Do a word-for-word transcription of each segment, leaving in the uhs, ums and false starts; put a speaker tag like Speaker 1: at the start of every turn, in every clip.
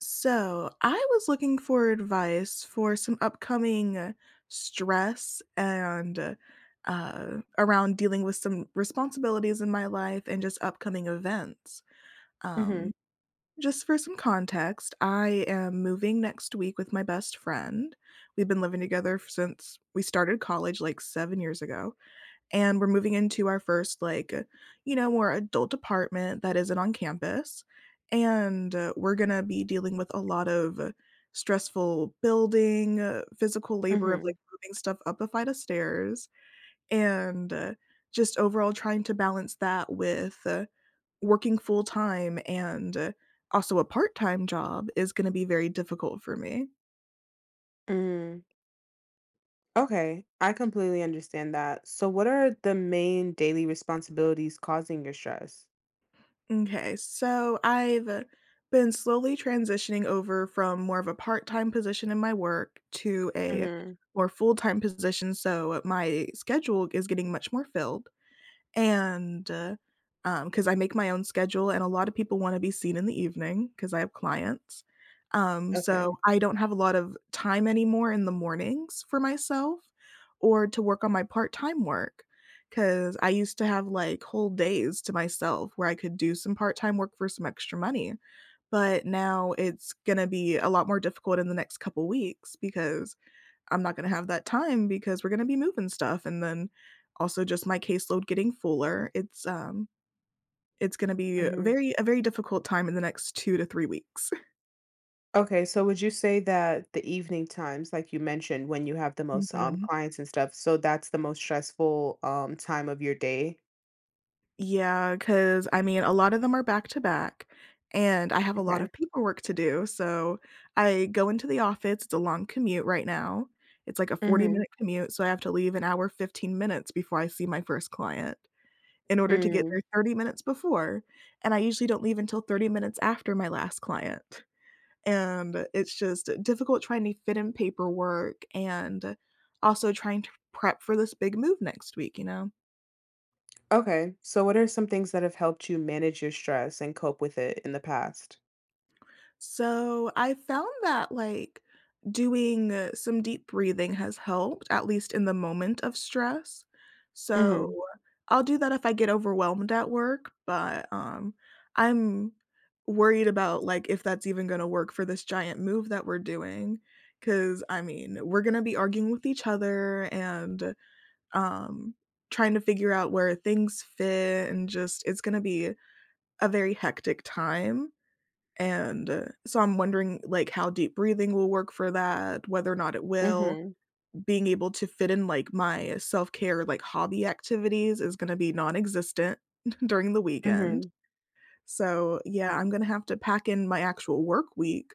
Speaker 1: So, I was looking for advice for some upcoming uh, stress and uh, uh, around dealing with some responsibilities in my life and just upcoming events. Um,
Speaker 2: Mhm.
Speaker 1: just for some context, I am moving next week with my best friend. We've been living together f- since we started college like seven years ago, and we're moving into our first, like, uh, you know, more adult apartment that isn't on campus. And uh, we're going to be dealing with a lot of uh, stressful building, uh, physical labor of
Speaker 2: Mhm.
Speaker 1: like moving stuff up a flight of stairs, and uh, just overall trying to balance that with uh, working full time, and uh, also a part time job is going to be very difficult for me.
Speaker 2: Mm. Okay, I completely understand that. So what are the main daily responsibilities causing your stress?
Speaker 1: Okay, so I've been slowly transitioning over from more of a part-time position in my work to a
Speaker 2: Mhm.
Speaker 1: more full-time position, so my schedule is getting much more filled. And, uh, um, 'Cause I make my own schedule, and a lot of people wanna be seen in the evening, because I have clients. Um,
Speaker 2: Okay.
Speaker 1: so I don't have a lot of time anymore in the mornings for myself or to work on my part-time work, work. Because I used to have, like, whole days to myself where I could do some part-time work for some extra money, but now it's gonna be a lot more difficult in the next couple weeks because I'm not gonna have that time, because we're gonna be moving stuff, and then also just my caseload getting fuller. It's, um, it's gonna be a
Speaker 2: Mhm.
Speaker 1: very a very difficult time in the next two to three weeks.
Speaker 2: Okay, so would you say that the evening times, like you mentioned, when you have the most um
Speaker 1: Mhm.
Speaker 2: clients and stuff, so that's the most stressful um time of your day?
Speaker 1: Because I mean, a lot of them are back to back, and I have a lot
Speaker 2: Okay.
Speaker 1: of paperwork to do, so I go into the office. It's a long commute right now. It's like a 40
Speaker 2: Mhm.
Speaker 1: minute commute, so I have to leave an hour, fifteen minutes before I see my first client, in order to get
Speaker 2: Mm.
Speaker 1: there thirty minutes before, and I usually don't leave until thirty minutes after my last client, and it's just difficult trying to fit in paperwork and also trying to prep for this big move next week, you know?
Speaker 2: Okay. So what are some things that have helped you manage your stress and cope with it in the past?
Speaker 1: So I found that like doing uh, some deep breathing has helped, at least in the moment of stress. So
Speaker 2: Mhm.
Speaker 1: I'll do that if I get overwhelmed at work, but um, I'm worried about like if that's even going to work for this giant move that we're doing. Cause I mean, we're going to be arguing with each other, and um, trying to figure out where things fit, and just it's going to be a very hectic time. And, uh, so I'm wondering, like, how deep breathing will work for that, whether or not it will.
Speaker 2: Mhm.
Speaker 1: Being able to fit in, like, my self-care, like, hobby activities is gonna be non-existent during the weekend.
Speaker 2: Mhm.
Speaker 1: So, yeah, I'm gonna have to pack in my actual work week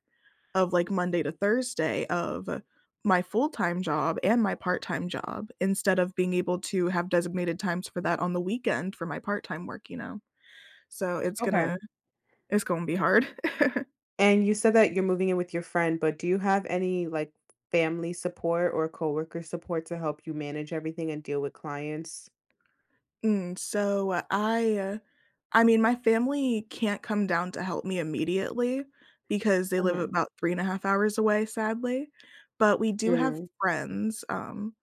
Speaker 1: of, like, Monday to Thursday of uh, my full-time job and my part-time job, instead of being able to have designated times for that on the weekend for my part-time work, you know? So it's gonna
Speaker 2: Okay.
Speaker 1: it's gonna be hard.
Speaker 2: And you said that you're moving in with your friend, but do you have any, like, family support or coworker support to help you manage everything and deal with clients?
Speaker 1: Mm, so, uh, I, uh I mean, my family can't come down to help me immediately because they live
Speaker 2: Mhm.
Speaker 1: about three and a half hours away, sadly, but we do have
Speaker 2: Mm,
Speaker 1: friends, um,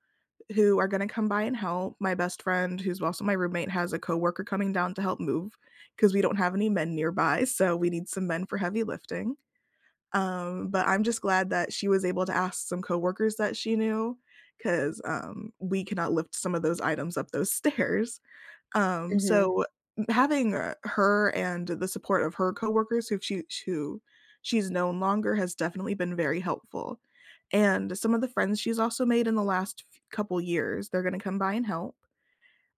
Speaker 1: who are gonna come by and help. My best friend, who's also my roommate, has a coworker coming down to help move, because we don't have any men nearby, so we need some men for heavy lifting. Um, but I'm just glad that she was able to ask some coworkers that she knew, 'cause, um, we cannot lift some of those items up those stairs. Um,
Speaker 2: mhm.
Speaker 1: so having, uh, her and the support of her coworkers who she who she's known longer has definitely been very helpful. And some of the friends she's also made in the last f couple years, they're gonna come by and help.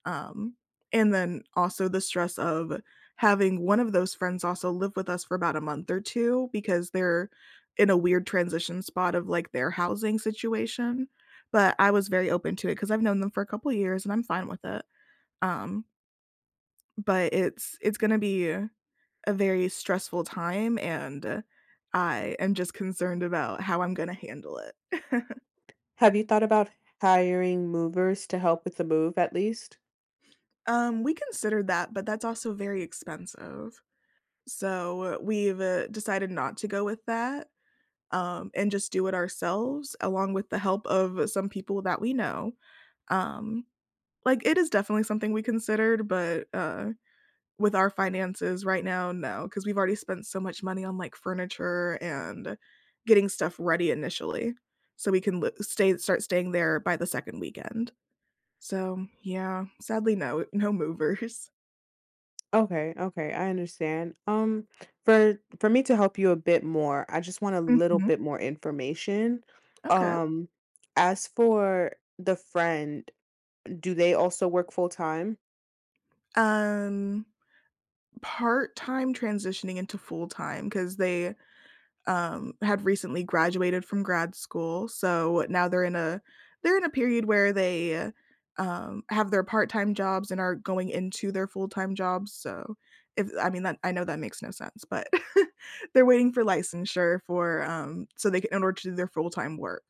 Speaker 1: Um, and then also the stress of having one of those friends also live with us for about a month or two, because they're in a weird transition spot of, like, their housing situation. But I was very open to it because 'cause I've known them for a couple years, and I'm fine with it. Um but it's it's gonna be a very stressful time, and I am just concerned about how I'm gonna handle it.
Speaker 2: Have you thought about hiring movers to help with the move at least?
Speaker 1: Um, we considered that, but that's also very expensive. So we've, uh, decided not to go with that, um, and just do it ourselves along with the help of some people that we know. Um, like, it is definitely something we considered, but, uh with our finances right now, no, because 'cause we've already spent so much money on, like, furniture and getting stuff ready initially, so we can li stay start staying there by the second weekend. So, yeah, sadly, no no movers.
Speaker 2: Okay, okay, I understand. Um, for for me to help you a bit more, I just want a little
Speaker 1: Mhm,
Speaker 2: bit more information.
Speaker 1: okay.
Speaker 2: Um, as for the friend, do they also work full time?
Speaker 1: Um, Part-time transitioning into full-time time because they um, had recently graduated from grad school, so now they're in a they're in a period where they, um, have their part-time jobs and are going into their full-time jobs, so if I mean, that I know that makes no sense, but they're waiting for licensure for, um so they can in order to do their full-time work,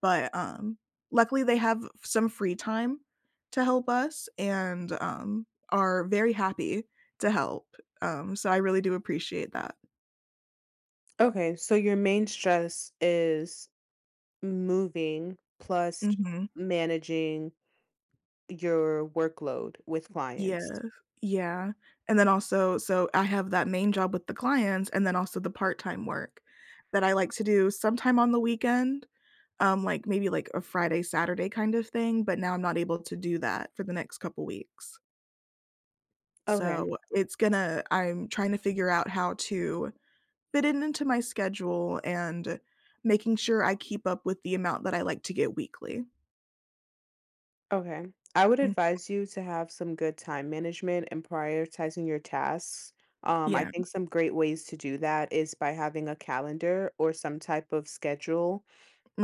Speaker 1: but, um, luckily, they have some free time to help us, and, um, are very happy to help, um, so I really do appreciate that.
Speaker 2: Okay, so your main stress is moving plus
Speaker 1: Mhm.
Speaker 2: managing your workload with clients.
Speaker 1: Yeah, yeah, and then also so I have that main job with the clients, and then also the part-time work that I like to do sometime on the weekend, um, like, maybe, like, a Friday, Saturday kind of thing, but now I'm not able to do that for the next couple weeks.
Speaker 2: Okay,
Speaker 1: So, it's gonna I'm trying to figure out how to fit it into my schedule and making sure I keep up with the amount that I like to get weekly.
Speaker 2: okay. I would
Speaker 1: Mm,
Speaker 2: advise you to have some good time management and prioritizing your tasks. Um, I
Speaker 1: yeah,
Speaker 2: think some great ways to do that is by having a calendar or some type of schedule,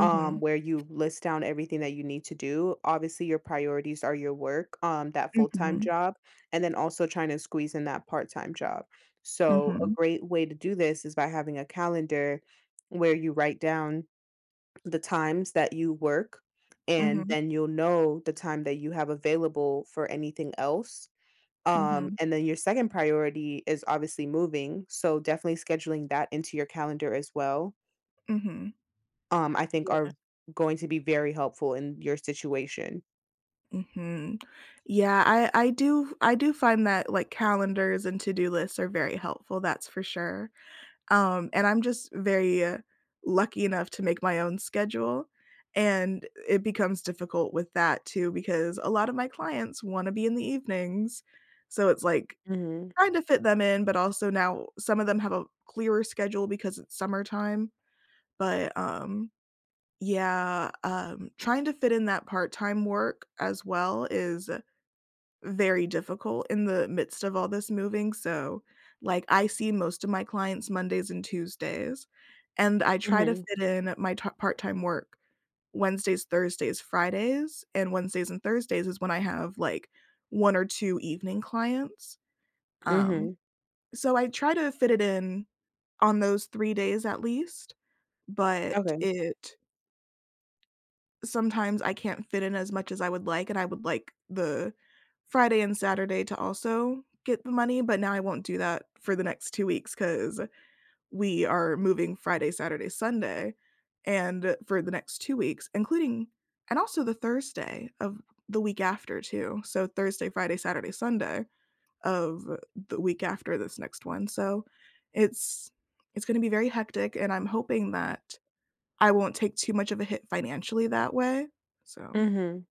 Speaker 2: um, where you list down everything that you need to do. Obviously, your priorities are your work, um, that full-time
Speaker 1: mhm,
Speaker 2: job, and then also trying to squeeze in that part-time job. So a
Speaker 1: mhm,
Speaker 2: great way to do this is by having a calendar where you write down the times that you work, and
Speaker 1: mhm,
Speaker 2: then you'll know the time that you have available for anything else. Um,
Speaker 1: mhm,
Speaker 2: and then your second priority is obviously moving. So definitely scheduling that into your calendar as well,
Speaker 1: mhm,
Speaker 2: um, I think
Speaker 1: mhm.
Speaker 2: are going to be very helpful in your situation.
Speaker 1: Mhm. Yeah, I I do I do find that, like, calendars and to-do lists are very helpful, that's for sure. Um, and I'm just very, uh, lucky enough to make my own schedule, and it becomes difficult with that too because a lot of my clients wanna be in the evenings, so it's, like,
Speaker 2: Mhm.
Speaker 1: trying to fit them in, but also now some of them have a clearer schedule because it's summertime, but, um, yeah, um, trying to fit in that part-time work as well is very difficult in the midst of all this moving, so, like, I see most of my clients Mondays and Tuesdays, and I try to
Speaker 2: Mhm.
Speaker 1: fit in my ta part-time work Wednesdays, Thursdays, Fridays, and Wednesdays and Thursdays is when I have, like, one or two evening clients, um,
Speaker 2: Mhm.
Speaker 1: so I try to fit it in on those three days at least, but
Speaker 2: Okay.
Speaker 1: it sometimes I can't fit in as much as I would like, and I would like the Friday and Saturday to also get the money, but now I won't do that for the next two weeks, because we are moving Friday, Saturday, Sunday, and for the next two weeks, including and also the Thursday of the week after too. So Thursday, Friday, Saturday, Sunday of the week after this next one. So it's it's gonna be very hectic, and I'm hoping that I won't take too much of a hit financially that way, so.
Speaker 2: Mhm.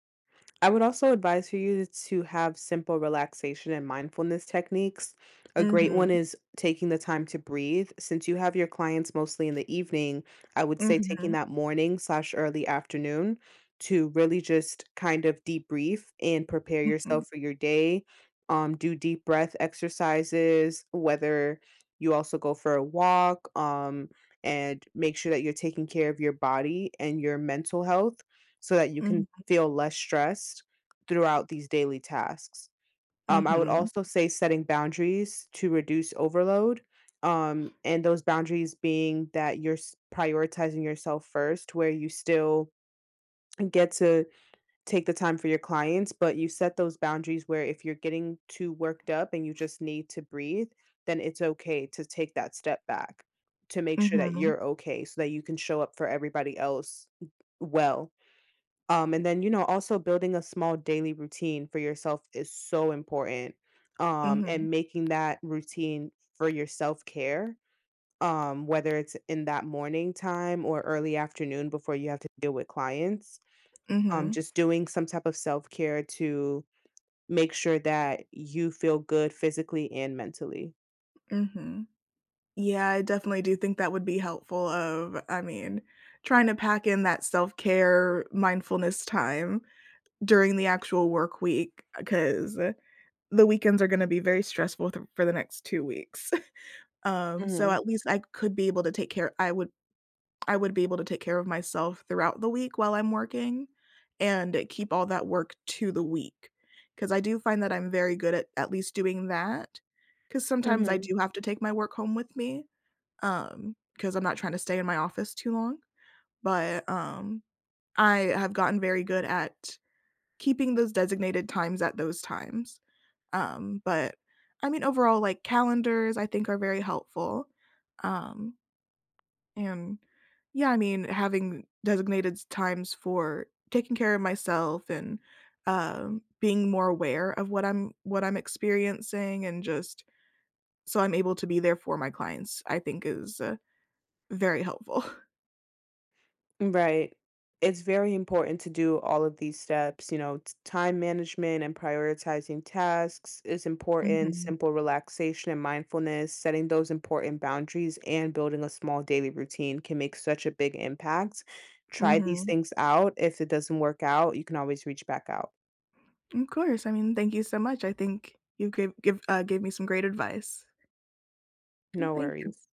Speaker 2: I would also advise for you to have simple relaxation and mindfulness techniques. A great
Speaker 1: Mhm,
Speaker 2: one is taking the time to breathe. Since you have your clients mostly in the evening, I would say taking
Speaker 1: mhm,
Speaker 2: that morning slash early afternoon to really just kind of debrief and prepare
Speaker 1: mhm,
Speaker 2: yourself for your day. Um, do deep breath exercises, whether you also go for a walk, um, and make sure that you're taking care of your body and your mental health so that you
Speaker 1: mhm,
Speaker 2: can feel less stressed throughout these daily tasks. Um, I would
Speaker 1: mhm,
Speaker 2: also say setting boundaries to reduce overload. Um, and those boundaries being that you're s- prioritizing yourself first, where you still get to take the time for your clients, but you set those boundaries where if you're getting too worked up and you just need to breathe, then it's okay to take that step back to make sure that
Speaker 1: mhm,
Speaker 2: you're okay so that you can show up for everybody else well. Um, and then, you know, also building a small daily routine for yourself is so important. Um,
Speaker 1: mhm,
Speaker 2: and making that routine for your self care, um, whether it's in that morning time or early afternoon before you have to deal with clients, um,
Speaker 1: mhm,
Speaker 2: just doing some type of self care to make sure that you feel good physically and mentally.
Speaker 1: mhm. Yeah, I definitely do think that would be helpful of I mean, trying to pack in that self-care, mindfulness time during the actual work week, because the weekends are gonna be very stressful th for the next two weeks. Um, so
Speaker 2: Mm-hmm.
Speaker 1: at least I could be able to take care I would I would be able to take care of myself throughout the week while I'm working, and keep all that work to the week. Because I do find that I'm very good at at least doing that. Because sometimes I
Speaker 2: Mm-hmm.
Speaker 1: do have to take my work home with me, um, because 'cause I'm not trying to stay in my office too long, but, um, I have gotten very good at keeping those designated times at those times, um, but, I mean, overall, like, calendars I think are very helpful, um and, yeah, I mean, having designated s times for taking care of myself, and, um, being more aware of what I'm what I'm experiencing and just so I'm able to be there for my clients, I think is, uh, very helpful.
Speaker 2: Right. It's very important to do all of these steps. You know, t- time management and prioritizing tasks is important,
Speaker 1: Mhm,
Speaker 2: simple relaxation and mindfulness, setting those important boundaries and building a small daily routine can make such a big impact. Try these
Speaker 1: mhm.
Speaker 2: things out. If it doesn't work out, you can always reach back out.
Speaker 1: Of course, I mean, thank you so much. I think you gave give, uh, gave me some great advice. Mm,
Speaker 2: No
Speaker 1: thank
Speaker 2: worries.